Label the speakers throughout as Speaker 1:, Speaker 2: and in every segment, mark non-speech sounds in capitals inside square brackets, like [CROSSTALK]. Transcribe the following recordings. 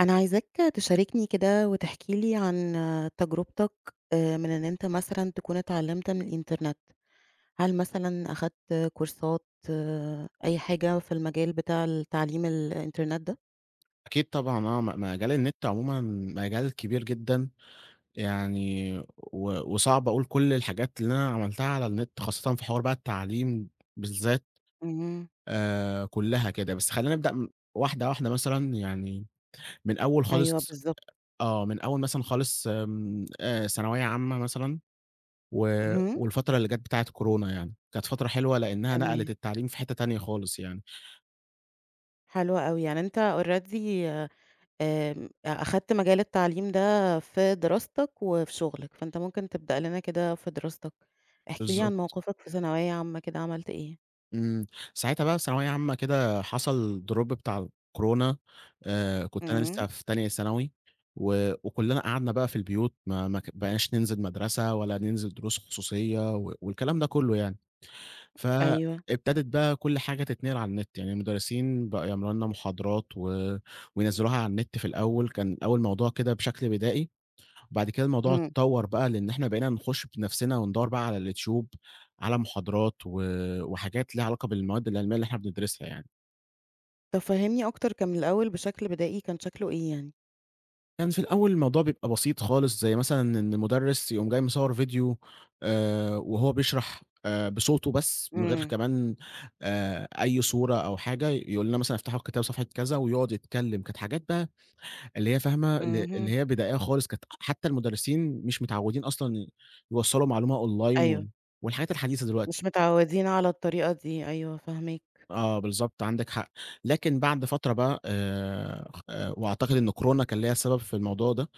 Speaker 1: أنا عايزاك تشاركني كده وتحكي لي عن تجربتك من إن أنت مثلًا تكون اتعلمت من الإنترنت، هل مثلًا أخدت كورسات أي حاجة في المجال بتاع التعليم الإنترنت ده؟
Speaker 2: أكيد طبعًا آه، مجال النت عمومًا مجال كبير جدًا، يعني و وصعب أقول كل الحاجات اللي أنا عملتها على النت خاصةً في حوار بقى التعليم بالذات.
Speaker 1: اهم.
Speaker 2: كلّها كده، بس خلّينا نبدأ واحدة واحدة مثلًا يعني من أول
Speaker 1: أيوه،
Speaker 2: خالص.
Speaker 1: بالضبط.
Speaker 2: آه، من أول مثلًا خالص آمم، ثانوية عامة مثلًا و
Speaker 1: اهم.
Speaker 2: والفترة اللي جات بتاعة كورونا يعني، كانت فترة حلوة لإنها
Speaker 1: تمام.
Speaker 2: نقلت التعليم في حتّة تانية خالص يعني.
Speaker 1: حلو أوي، يعني أنت already أخدت مجال التعليم ده في دراستك وفي شغلك، فأنت ممكن تبدأ لنا كده في دراستك، احكِ لي عن
Speaker 2: بالضبط.
Speaker 1: موقفك في ثانوية عامة كده عملت إيه؟
Speaker 2: إمم، ساعتها بقى في ثانوية عامة كده حصل drop بتاع الكورونا، كنت أنا
Speaker 1: إمم.
Speaker 2: لسه في تانية ثانوي، و وكلنا قعدنا بقى في البيوت ما بقيناش ننزل مدرسة ولا ننزل دروس خصوصية والكلام ده كله يعني.
Speaker 1: أيوه.
Speaker 2: فابتدت بقى كل حاجة تتنقل على النت، يعني المدرسين بقوا يعملوا لنا محاضرات و وينزلوها على النت في الأول، كان الأول الموضوع كده بشكل بدائي. وبعد كده الموضوع
Speaker 1: إمم.
Speaker 2: اتطور بقى لإن إحنا بقينا نخش بنفسنا وندوّر بقى على اليوتيوب على محاضرات و وحاجات ليها علاقة بالمواد العلمية اللي إحنا بندرسها يعني.
Speaker 1: طب فهّمني أكتر، كان من الأول بشكل بدائي، كان شكله إيه يعني؟
Speaker 2: كان في الأول الموضوع بيبقى بسيط خالص، زي مثلًا إن مُدرِّس يقوم جاي مصوّر فيديو، وهو بيشرح بصوته بس من غير
Speaker 1: إمم،
Speaker 2: كمان أي صورة أو حاجة، يقول لنا مثلًا افتحوا الكتاب صفحة كذا ويقعد يتكلم. كانت حاجات بقى اللي هي فاهمة، اللي
Speaker 1: اهم.
Speaker 2: هي بدائية خالص، كانت حتى المُدرِّسين مش متعوّدين أصلًا يوصّلوا معلومة أونلاين
Speaker 1: أيوه،
Speaker 2: والحاجات الحديثة دلوقتي.
Speaker 1: مش متعودين على الطريقة دي، أيوه فاهماك.
Speaker 2: آه بالضبط، عندِك حق. لكن بعد فترة بقى خ وأعتقد إن كورونا كان ليها سبب في الموضوع ده.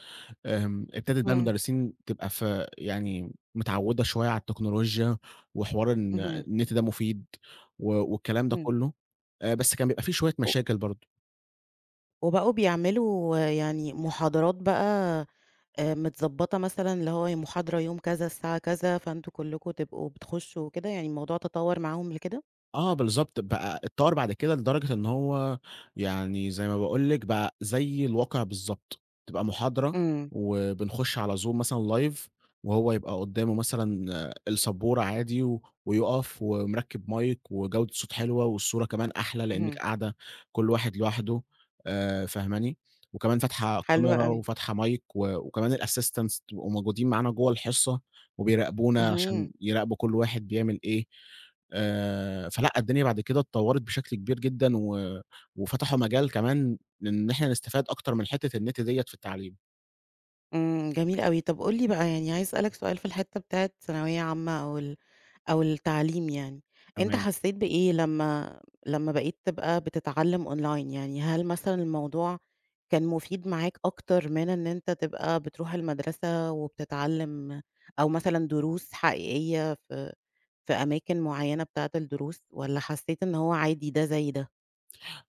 Speaker 2: ابتدت بقى
Speaker 1: إمم،
Speaker 2: المدرسين تبقى يعني متعوّدة شوية على التكنولوجيا وحوار إن
Speaker 1: اهم،
Speaker 2: النت ده مفيد والكلام ده
Speaker 1: إمم.
Speaker 2: كُلّه. بس كان بيبقى في شوية
Speaker 1: و
Speaker 2: مشاكل برضه.
Speaker 1: وبقوا بيعملوا يعني محاضرات بقى متضبطة مثلًا، اللي هو محاضرة يوم كذا الساعة كذا، فأنتم كلكم تبقوا بتخشوا وكده، يعني الموضوع تطور معاهم لكده؟
Speaker 2: آه بالضبط، بقى اتطوّر بعد كده لدرجة إن هو يعني زي ما باقول لِك بقى زي الواقع بالضبط، تبقى محاضرة
Speaker 1: إمم،
Speaker 2: وبنخش على Zoom مثلًا live، وهو يبقى قدّامه مثلًا آه، السبورة عادي ويُقف ومركّب مايك وجودة الصوت حلوة والصورة كمان أحلى لإنِّك
Speaker 1: اهم.
Speaker 2: قاعدة كل واحد لوحده. فاهماني؟ وكمان فاتحة
Speaker 1: حلو
Speaker 2: كاميرا
Speaker 1: أوي.
Speaker 2: وفاتحة مايك وكمان الassistants بيبقوا موجودين معانا جوّه الحصة وبيراقبونا
Speaker 1: اهم.
Speaker 2: عشان يراقبوا كل واحد بيعمل إيه. فلأ الدنيا بعد كده اتطوّرت بشكل كبير جدًا وفتحوا مجال كمان إن إحنا نستفاد أكتر من حتّة النت ديّة في التعليم.
Speaker 1: إمم، جميل أوي. طب قُل لي بقى، يعني عايزة أسألك سؤال في الحتة بتاعة ثانوية عامة أو أو التعليم يعني، أنت
Speaker 2: تمام.
Speaker 1: حسّيت بإيه لمّا بقيت تبقى بتتعلّم أونلاين؟ يعني هل مثلًا الموضوع كان مفيد معاك أكتر من إن أنت تبقى بتروح المدرسة وبتتعلّم أو مثلًا دروس حقيقية في أماكن معيّنة بتاعة الدروس، والّا حسّيت إن هو عادي ده زي ده؟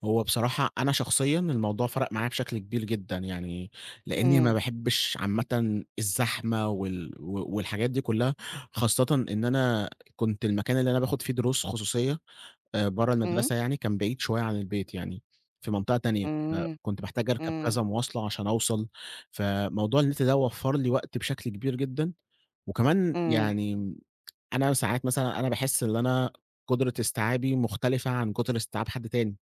Speaker 2: هو بصراحة أنا شخصيًا الموضوع فرق معايا بشكل كبير جدًا يعني، لإني ما
Speaker 1: إمم،
Speaker 2: باحبش عامةً الزحمة والحاجات دي كلّها، خاصةً إن أنا كنت المكان اللي أنا باخد فيه دروس خصوصية برّه
Speaker 1: إمم،
Speaker 2: المدرسة يعني، كان بعيد شوية عن البيت يعني، في منطقة تانية،
Speaker 1: إمم،
Speaker 2: فكنت محتاج أركب
Speaker 1: إمم،
Speaker 2: كذا مواصلة عشان أوصل. فموضوع النت ده وفّر لي وقت بشكل كبير جدًا، وكمان
Speaker 1: إمم،
Speaker 2: يعني أنا ساعات مثلًا أنا باحس إن أنا قدرة استيعابي مختلفة عن قدرة استيعاب حد تاني،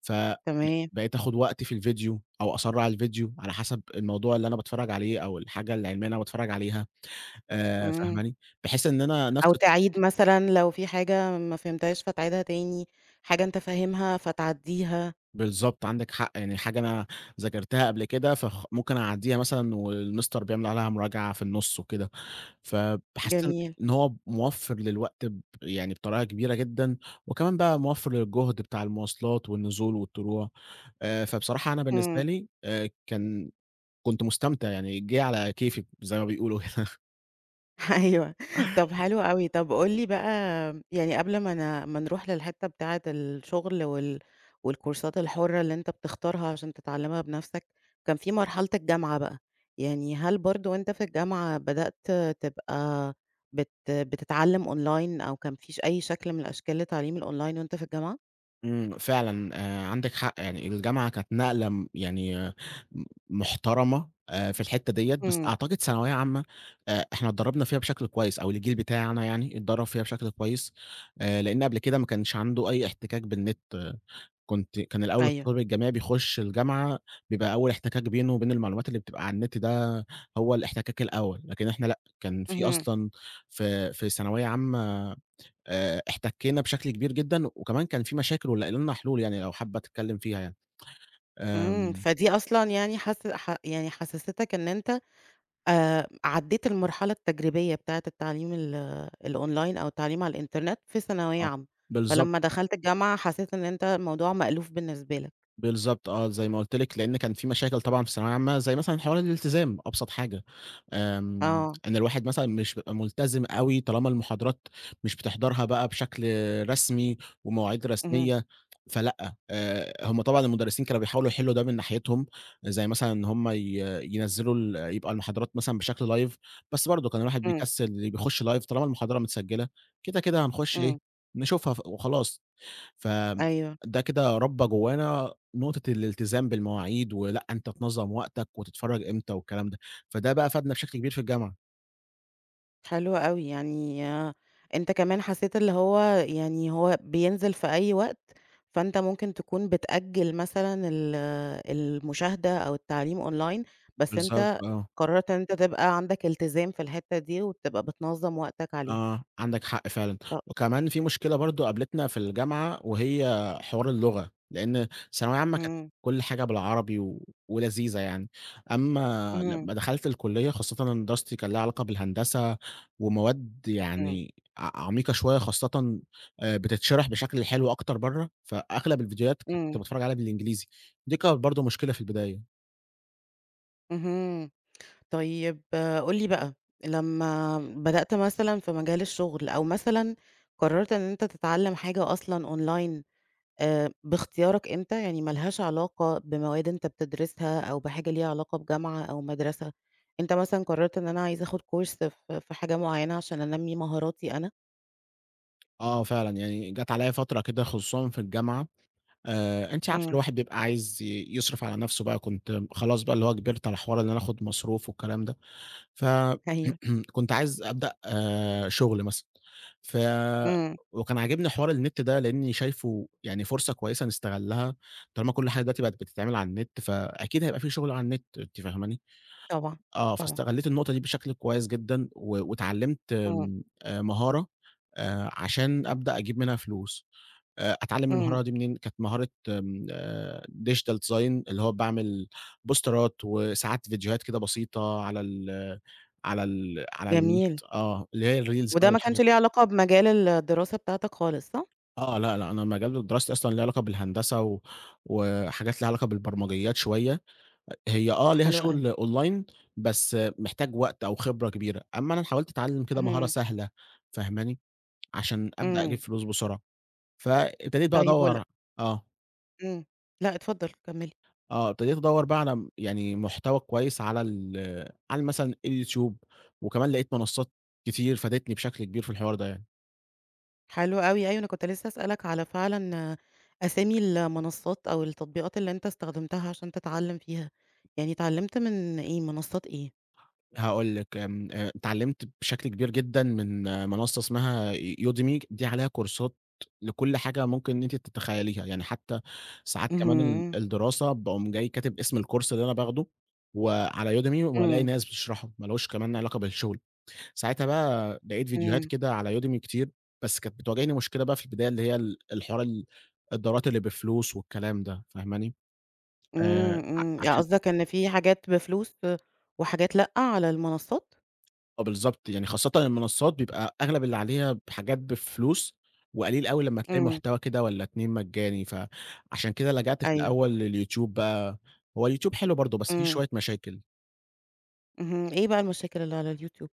Speaker 2: ف ب
Speaker 1: تمام،
Speaker 2: بقيت آخد وقتي في الفيديو أو أسرّع الفيديو على حسب الموضوع اللي أنا باتفرّج عليه أو الحاجة العلمية اللي أنا باتفرّج عليها.
Speaker 1: إمم.
Speaker 2: فاهماني؟ بحيث إن أنا
Speaker 1: أو
Speaker 2: نفس.
Speaker 1: تعيد مثلًا لو في حاجة ما فهمتهاش فتعيدها تاني، حاجة أنت فاهمها فتعدّيها.
Speaker 2: بالضبط، عندِك حق، يعني حاجة أنا ذاكرتها قبل كده، ممكن أعدّيها مثلًا والمستر بيعمل عليها مراجعة في النُص وكده، فحسّيت إن
Speaker 1: جميل.
Speaker 2: إن هو موفّر للوقت يعني بطريقة كبيرة جدًا، وكمان بقى موفّر للجهد بتاع المواصلات والنزول والطلوع. فبصراحة أنا بالنسبة
Speaker 1: إمم.
Speaker 2: لي كان كنت مستمتع يعني جِه على كيفي زي ما بيقولوا كده. [LAUGHS]
Speaker 1: [LAUGHS] أيوه. طب حلو أوي، طب قُل لي بقى، يعني قبل ما نروح للحتّة بتاعة الشغل والكورسات الحُرّة اللي أنت بتختارها عشان تتعلّمها بنَفْسك، كان في مرحلة الجامعة بقى، يعني هل برضه وأنت في الجامعة بدأت تبقى بتتعلّم أونلاين، أو كان فيش أي شكل من الأشكال لتعليم الأونلاين وأنت في الجامعة؟
Speaker 2: فعلًا عندِك حق، يعني الجامعة كانت نقلة يعني آه، م محترمة في الحتّة ديّة، بس
Speaker 1: إمم،
Speaker 2: أعتقد ثانوية عامة إحنا اتدرّبنا فيها بشكل كويس أو الجيل بتاعنا يعني اتدرّب فيها بشكل كويس، لإن قبل كده ما كانش عنده أي احتكاك بالنت، آه، كان الأول
Speaker 1: أيوه،
Speaker 2: الطالب الجامعي بيخُش الجامعة بيبقى أول احتكاك بينه وبين المعلومات اللي بتبقى على النت ده هو الاحتكاك الأول، لكن إحنا لأ، كان في
Speaker 1: اهم،
Speaker 2: أصلًا في ثانوية عامة احتكينا بشكل كبير جدًا، وكمان كان في مشاكل ولقينا لنا حلول يعني لو حابة تتكلّم فيها يعني.
Speaker 1: إمم.
Speaker 2: آمم
Speaker 1: فدي أصلًا يعني حس ح يعني حسّستك إن أنت عدّيت المرحلة التجريبية بتاعة التعليم الأونلاين أو التعليم على الإنترنت في ثانوية
Speaker 2: آه.
Speaker 1: عامة،
Speaker 2: بالضبط.
Speaker 1: فلمّا دخلت الجامعة حسيت إن أنت الموضوع مألوف بالنسبة لك.
Speaker 2: بالضبط آه، زي ما قُلت لِك، لإن كان في مشاكل طبعًا في الثانوية العامة، زي مثلًا حوار الالتزام أبسط حاجة.
Speaker 1: آه،
Speaker 2: إن الواحد مثلًا مش بيبقى ملتزم أوي طالما المحاضرات مش بتحضرها بقى بشكل رسمي ومواعيد
Speaker 1: اهم،
Speaker 2: رسمية، فلأ، هم طبعًا المدرسين كانوا بيحاولوا يحلّوا ده من ناحيتهم، زي مثلًا إن هم ي ينزّلوا يبقى المحاضرات مثلًا بشكل live، بس برضه كان الواحد
Speaker 1: إمم،
Speaker 2: بيكسّل بيخش live طالما المحاضرة متسجّلة، كده، كده هنخش
Speaker 1: إمم،
Speaker 2: إيه، نشوفها وخلاص.
Speaker 1: أيوه.
Speaker 2: فده كده ربّى جوانا نقطة الالتزام بالمواعيد، ولأ أنت تنظّم وقتك وتتفرّج إمتى والكلام ده، فده بقى فادنا بشكل كبير في الجامعة.
Speaker 1: حلو أوي، يعني أنت كمان حسيت اللي هو يعني هو بينزل في أي وقت، فأنت ممكن تكون بتأجّل مثلًا المشاهدة أو التعليم أونلاين، بس
Speaker 2: بالضبط
Speaker 1: أنت
Speaker 2: آه.
Speaker 1: قررت إن أنت تبقى عندك التزام في الحتّة دي وتبقى بتنظّم وقتك عليها.
Speaker 2: آه، عندك حق فعلًا،
Speaker 1: ط
Speaker 2: وكمان في مشكلة برضه قابلتنا في الجامعة وهي حوار اللغة، لإن ثانوية عامة كانت
Speaker 1: إمم.
Speaker 2: كل حاجة بالعربي ولذيذة يعني، أمّا
Speaker 1: اهم،
Speaker 2: لمّا دخلت الكلية خاصةً إن دراستي كان ليها علاقة بالهندسة ومواد
Speaker 1: إمم،
Speaker 2: يعني عميقة شوية خاصةً بتتشرح بشكل حلو أكتر برّه، فأغلب الفيديوهات كنت
Speaker 1: إمم،
Speaker 2: باتفرج عليها بالإنجليزي، دي كانت برضه مشكلة في البداية.
Speaker 1: اهم. طيب قُل لي بقى، لمّا بدأت مثلًا في مجال الشغل أو مثلًا قررت إن أنت تتعلم حاجة أصلًا أونلاين باختيارك أنت يعني، ما لهاش علاقة بمواد أنت بتدرسها أو بحاجة ليها علاقة بجامعة أو مدرسة، أنت مثلًا قررت إن أنا عايزة آخد كورس في حاجة معينة عشان أنمّي مهاراتي أنا؟
Speaker 2: آه، فعلًا يعني جات عليَّ فترة كده خصوصًا في الجامعة. أنتِ عارفة
Speaker 1: إمم،
Speaker 2: الواحد بيبقى عايز يصرف على نفسه بقى، كنت خلاص بقى اللي هو كبرت على حوار إن أنا آخد مصروف والكلام ده، ف
Speaker 1: أيوه،
Speaker 2: [CLEARS THROAT] كنت عايز أبدأ شغل مثلًا، ف
Speaker 1: إمم،
Speaker 2: وكان عاجبني حوار النت ده لإني شايفه يعني فرصة كويسة نستغلها، طالما كل حاجة دلوقتي بقت بتتعمل على النت، فأكيد هيبقى في شغل على النت، أنتِ فاهماني؟
Speaker 1: طبعًا،
Speaker 2: آه،
Speaker 1: طبعًا،
Speaker 2: فاستغليت النقطة دي بشكل كويس جدًا، واتعلمت
Speaker 1: إمم،
Speaker 2: آمم، مهارة عشان أبدأ أجيب منها فلوس. أتعلّم
Speaker 1: إمم،
Speaker 2: المهارة دي منين؟ كانت مهارة آمم digital design اللي هو باعمل بوسترات وساعات فيديوهات كده بسيطة على على النت،
Speaker 1: جميل.
Speaker 2: آه، اللي هي الreels بقى
Speaker 1: وده ما كانش
Speaker 2: والحاجات.
Speaker 1: ليه علاقة بمجال الدراسة بتاعتك خالص، صح؟
Speaker 2: آه، لأ، لأ، أنا مجال دراستي أصلًا ليه علاقة بالهندسة وحاجات ليها علاقة بالبرمجيات شوية، هي آه ليها
Speaker 1: حلو أوي.
Speaker 2: شغل online بس محتاج وقت أو خبرة كبيرة، أمّا أنا حاولت أتعلّم كده مهارة
Speaker 1: اهم،
Speaker 2: سهلة، فاهماني؟ عشان أبدأ أجيب
Speaker 1: إمم.
Speaker 2: فلوس بسرعة، فابتديت بقى
Speaker 1: طيب
Speaker 2: أدوّر. آه.
Speaker 1: إمم. لأ، اتفضّل كمّلي.
Speaker 2: آه، ابتديت أدوّر بقى على يعني محتوى كويس على مثلًا الYouTube، وكمان لقيت منصات كتير فادتني بشكل كبير في الحوار ده يعني.
Speaker 1: حلو أوي، أيوه أنا كنت لسه أسألك على فعلًا أسامي المنصّات أو التطبيقات اللي أنت استخدمتها عشان تتعلّم فيها، يعني اتعلّمت من إيه، منصّات إيه؟
Speaker 2: هاقول لك آمم، اتعلّمت بشكل كبير جدًا من آه، منصة اسمها Udemy، دي عليها كورسات لكل حاجة ممكن أنتِ تتخيليها، يعني حتى ساعات كمان
Speaker 1: اهم،
Speaker 2: الدراسة باقوم جاي كاتب اسم الكورس اللي أنا باخده، وعلى Udemy والاقي
Speaker 1: إمم،
Speaker 2: ناس بتشرحه، ما لوش كمان علاقة بالشغل. ساعتها بقى لقيت فيديوهات
Speaker 1: إمم،
Speaker 2: كده على Udemy كتير، بس كانت بتواجهني مشكلة بقى في البداية اللي هي الحوار الدورات اللي بفلوس والكلام ده، فاهماني؟
Speaker 1: إمم،
Speaker 2: ع
Speaker 1: إمم. يعني
Speaker 2: عشان.
Speaker 1: قصدك إن في حاجات بفلوس وحاجات لأ على المنصّات؟
Speaker 2: آه بالضبط، يعني خاصةً المنصات بيبقى أغلب اللي عليها حاجات بفلوس، وقليل أوي لمّا تلاقي
Speaker 1: إمم.
Speaker 2: محتوى كده والّا 2 مجاني، فعشان كده لجأت في
Speaker 1: أيوه.
Speaker 2: الأول للYouTube بقى، هو الYouTube حلو برضه بس فيه
Speaker 1: إمم.
Speaker 2: شوية مشاكل.
Speaker 1: اهم، إيه بقى المشاكل اللي على اليوتيوب؟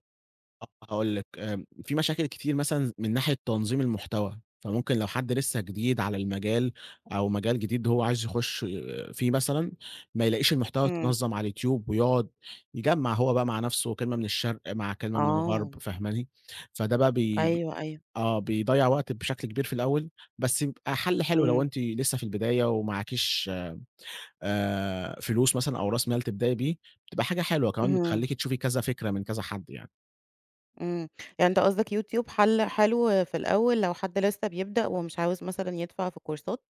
Speaker 2: آه، هاقول لِك، في مشاكل كتير مثلًا من ناحية تنظيم المحتوى، فممكن لو حد لسه جديد على المجال أو مجال جديد هو عايز يخش فيه مثلًا، ما يلاقيش المحتوى
Speaker 1: إمم.
Speaker 2: يتنظم على اليوتيوب ويقعد يجمّع هو بقى مع نفسه كلمة من الشرق مع كلمة من
Speaker 1: آه،
Speaker 2: الغرب، فاهماني؟ فده بقى بي ب
Speaker 1: أيوه، أيوه.
Speaker 2: آه، بيضيّع وقت بشكل كبير في الأول، بس بيبقى حلو لو
Speaker 1: إمم،
Speaker 2: أنتِ لسه في البداية ومعاكيش فلوس مثلًا أو راس مال تبدئي بيه، بتبقى حاجة حلوة، كمان
Speaker 1: اهم.
Speaker 2: بتخلّيكِ تشوفي كذا فكرة من كذا حد يعني.
Speaker 1: إمم، يعني أنت قصدك يوتيوب حلو في الأول لو حد لسه بيبدأ ومش عاوز مثلًا يدفع في كورسات،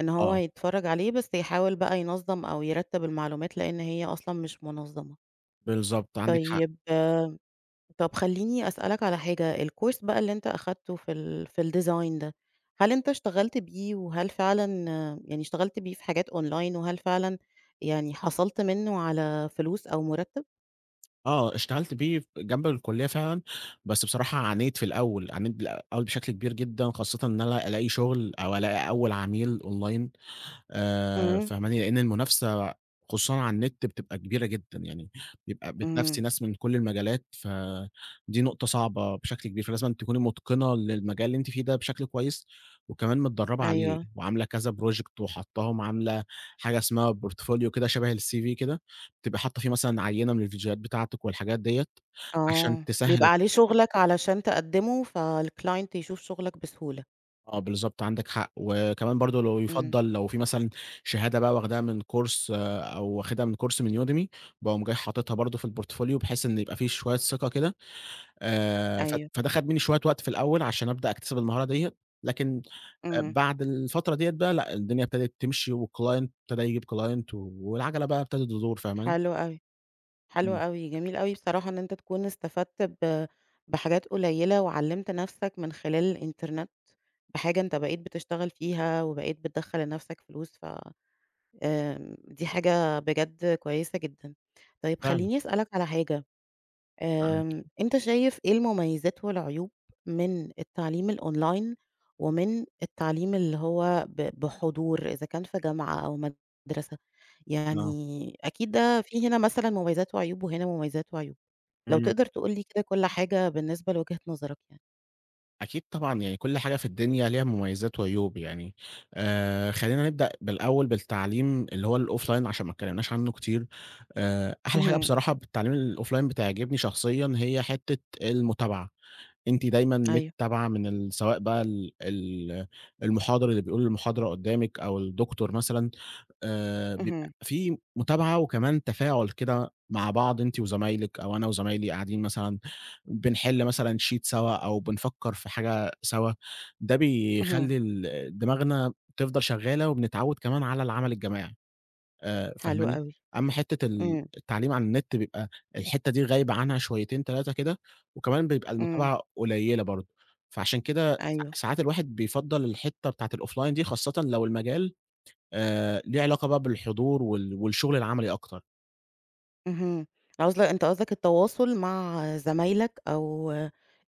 Speaker 1: إن هو
Speaker 2: آه.
Speaker 1: يتفرج عليه بس يحاول بقى ينظّم أو يرتّب المعلومات لإن هي أصلًا مش منظّمة.
Speaker 2: بالضبط، عندِك حق.
Speaker 1: طيب طب خلّيني أسألك على حاجة، الكورس بقى اللي أنت أخدته في ال في الdesign ده، هل أنت اشتغلت بيه، وهل فعلًا يعني اشتغلت بيه في حاجات online، وهل فعلًا يعني حصلت منه على فلوس أو مُرتّب؟
Speaker 2: آه، اشتغلت بيه جنب الكُلّية فعلًا، بس بصراحة عانيت في الأول، عانيت بالأول بشكل كبير جدًا، خاصةً إن أنا ألاقي شغل أو ألاقي أول عميل online.
Speaker 1: إمم،
Speaker 2: فاهماني؟ لإن المنافسة خصوصًا على النت بتبقى كبيرة جدًا، يعني بيبقى بتنافسي
Speaker 1: إمم،
Speaker 2: ناس من كل المجالات، فدي نقطة صعبة بشكل كبير، فلازمًا تكوني مُتقِنة للمجال اللي أنتِ فيه ده بشكل كويس، وكمان متدرّبة عليه
Speaker 1: أيوه.
Speaker 2: وعاملة كذا project وحاطّاهم، عاملة حاجة اسمها portfolio كده شبه الCV كده، بتبقي حاطّة فيه مثلًا عينة من الفيديوهات بتاعتِك والحاجات ديّة، عشان
Speaker 1: آه، بيبقى
Speaker 2: تسهّل.
Speaker 1: عليه شغلك علشان تقدّمه، فالclient يشوف شغلك بسهولة.
Speaker 2: آه، بالضبط عندك حق، وكمان برضه لو
Speaker 1: إمم،
Speaker 2: يُفضّل لو في مثلًا شهادة بقى واخداها من كورس آه، أو واخدها من كورس من Udemy، باقوم جاي حاططها برضه في الportfolio بحيث إن يبقى في شوية ثقة كده. ف
Speaker 1: أيوه،
Speaker 2: فده خَد مني شوية وقت في الأول عشان أبدأ أكتسب المهارة ديّة، لكن
Speaker 1: إمم،
Speaker 2: بعد الفترة ديّة بقى لأ، الدنيا ابتدت تمشي والclient ابتدى يجيب client والعجلة بقى ابتدت تدور، فاهماني؟
Speaker 1: حلو أوي، حلو
Speaker 2: إمم،
Speaker 1: أوي، جميل أوي بصراحة إن أنت تكون استفدت بحاجات قليّلة، وعلّمت نَفْسك من خلال الإنترنت بحاجة أنت بقيت بتشتغل فيها وبقيت بتدخّل لنَفْسك فلوس. ف آمم، دي حاجة بجد كويسة جدًا. طيب
Speaker 2: فعلًا،
Speaker 1: خلّيني أسألك على حاجة،
Speaker 2: معاكِ،
Speaker 1: أنت شايف إيه المميزات والعيوب من التعليم الأونلاين، ومن التعليم اللي هو بحضور، إذا كان في جامعة أو مدرسة؟
Speaker 2: آه،
Speaker 1: يعني أكيد ده في هنا مثلًا مميزات وعيوب، وهنا مميزات وعيوب. لو
Speaker 2: إمم.
Speaker 1: تقدر تقول لي كده كل حاجة بالنسبة لوجهة نظرك يعني.
Speaker 2: أكيد طبعًا، يعني كل حاجة في الدنيا ليها مميزات وعيوب يعني. خلّينا نبدأ بالأول بالتعليم اللي هو الoffline عشان ما اتكلمناش عنه كتير. أحلى حاجة
Speaker 1: اهم،
Speaker 2: بصراحة بالتعليم الoffline بتعجبني شخصيًا هي حتة المتابعة، أنتِ دايمًا
Speaker 1: أيوه،
Speaker 2: متابعة من سواء بقى ال ال المحاضر اللي بيقول المحاضرة قدّامِك أو الدكتور مثلًا.
Speaker 1: اهم،
Speaker 2: بيبقى في متابعة وكمان تفاعل كده مع بعض أنتِ وزمايلِك أو أنا وزمايلي قاعدين مثلًا بنحل مثلًا sheet سوا أو بنفكّر في حاجة سوا، ده
Speaker 1: اهم،
Speaker 2: بيخلّي دماغنا تفضل شغّالة وبنتعوّد كمان على العمل الجماعي.
Speaker 1: حلو
Speaker 2: فاهماني؟
Speaker 1: أوي.
Speaker 2: أمّا حتّة
Speaker 1: إمم،
Speaker 2: التعليم عن النت بيبقى الحتّة دي غايبة عنها شويتين 3 كده، وكمان بيبقى
Speaker 1: إمم،
Speaker 2: المتابعة قليّلة برضه، فعشان كده
Speaker 1: أيوه.
Speaker 2: ساعات الواحد بيفضّل الحتّة بتاعة الoffline دي خاصةً لو المجال ليه علاقة بقى بالحضور والشغل العملي أكتر.
Speaker 1: اهم. عاوز أنت قصدك التواصل مع زمايلك أو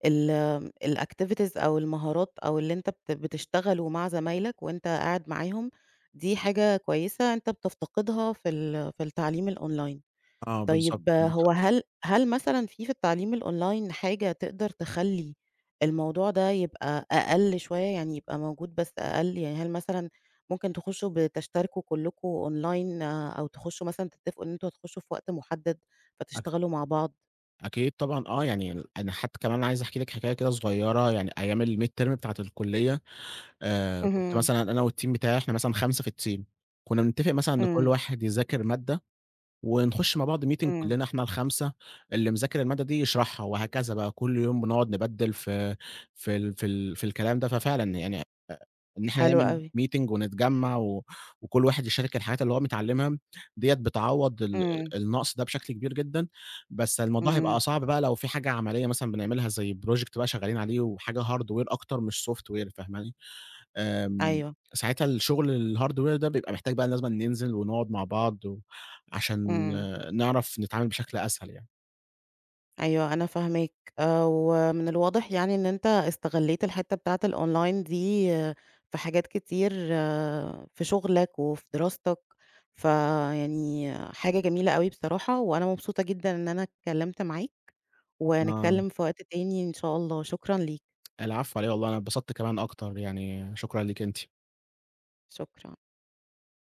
Speaker 1: الactivities أو المهارات أو اللي أنت بتشتغله مع زمايلك وأنت قاعد معاهم، دي حاجة كويسة أنت بتفتقدها في ال في التعليم الأونلاين.
Speaker 2: آه بالضبط.
Speaker 1: طيب هو هل مثلًا في التعليم الأونلاين حاجة تقدر تخلّي الموضوع ده يبقى أقل شوية، يعني يبقى موجود بس أقل؟ يعني هل مثلًا ممكن تخشوا بتشتركوا كلكم أونلاين أو تخشوا مثلًا تتفقوا إن أنتم هتخشوا في وقت محدد
Speaker 2: أك
Speaker 1: فتشتغلوا مع بعض؟
Speaker 2: أكيد طبعًا آه، يعني ال أنا حتى كمان عايز أحكي لِك حكاية كده صغيّرة، يعني أيام الmid term بتاعة الكلية. كنت
Speaker 1: اهم،
Speaker 2: مثلًا أنا والteam بتاعي إحنا مثلًا 5 في الteam، كنا بنتفق مثلًا إن كل
Speaker 1: إمم،
Speaker 2: واحد يذاكر مادة ونخش مع بعض meeting
Speaker 1: إمم،
Speaker 2: كلنا إحنا ال5 اللي مذاكر المادة دي يشرحها وهكذا بقى، كل يوم بنقعد نبدِّل في الكلام ده، ففعلًا يعني إن إحنا
Speaker 1: حلو
Speaker 2: نعمل
Speaker 1: أوي،
Speaker 2: meeting ونتجمّع وكل واحد يشارك الحاجات اللي هو متعلّمها، ديّة بتعوّض ال
Speaker 1: إمم،
Speaker 2: ال النقص ده بشكل كبير جدًا، بس الموضوع
Speaker 1: إمم،
Speaker 2: هيبقى صعب بقى لو في حاجة عملية مثلًا بنعملها زي project بقى شغّالين عليه وحاجة hardware أكتر مش software، فاهماني؟ آمم،
Speaker 1: أيوه،
Speaker 2: ساعتها الشغل الhardware ده بيبقى محتاج بقى لازمًا ننزل ونقعد مع بعض عشان
Speaker 1: إمم.
Speaker 2: آه، نعرف نتعامل بشكل أسهل يعني.
Speaker 1: أيوه أنا فاهماك، ومن الواضح يعني إن أنت استغلّيت الحتّة بتاعة الأونلاين دي في حاجات كتير في شغلك وفي دراستك، فيعني حاجة جميلة أوي بصراحة، وأنا مبسوطة جدًا إن أنا اتكلّمت معاك،
Speaker 2: آه،
Speaker 1: ونتكلّم في وقت تاني إن شاء الله، شكرًا ليك.
Speaker 2: العفو على إيه والله أنا اتبسطت كمان أكتر يعني، شكرًا ليكِ أنتِ.
Speaker 1: شكرًا.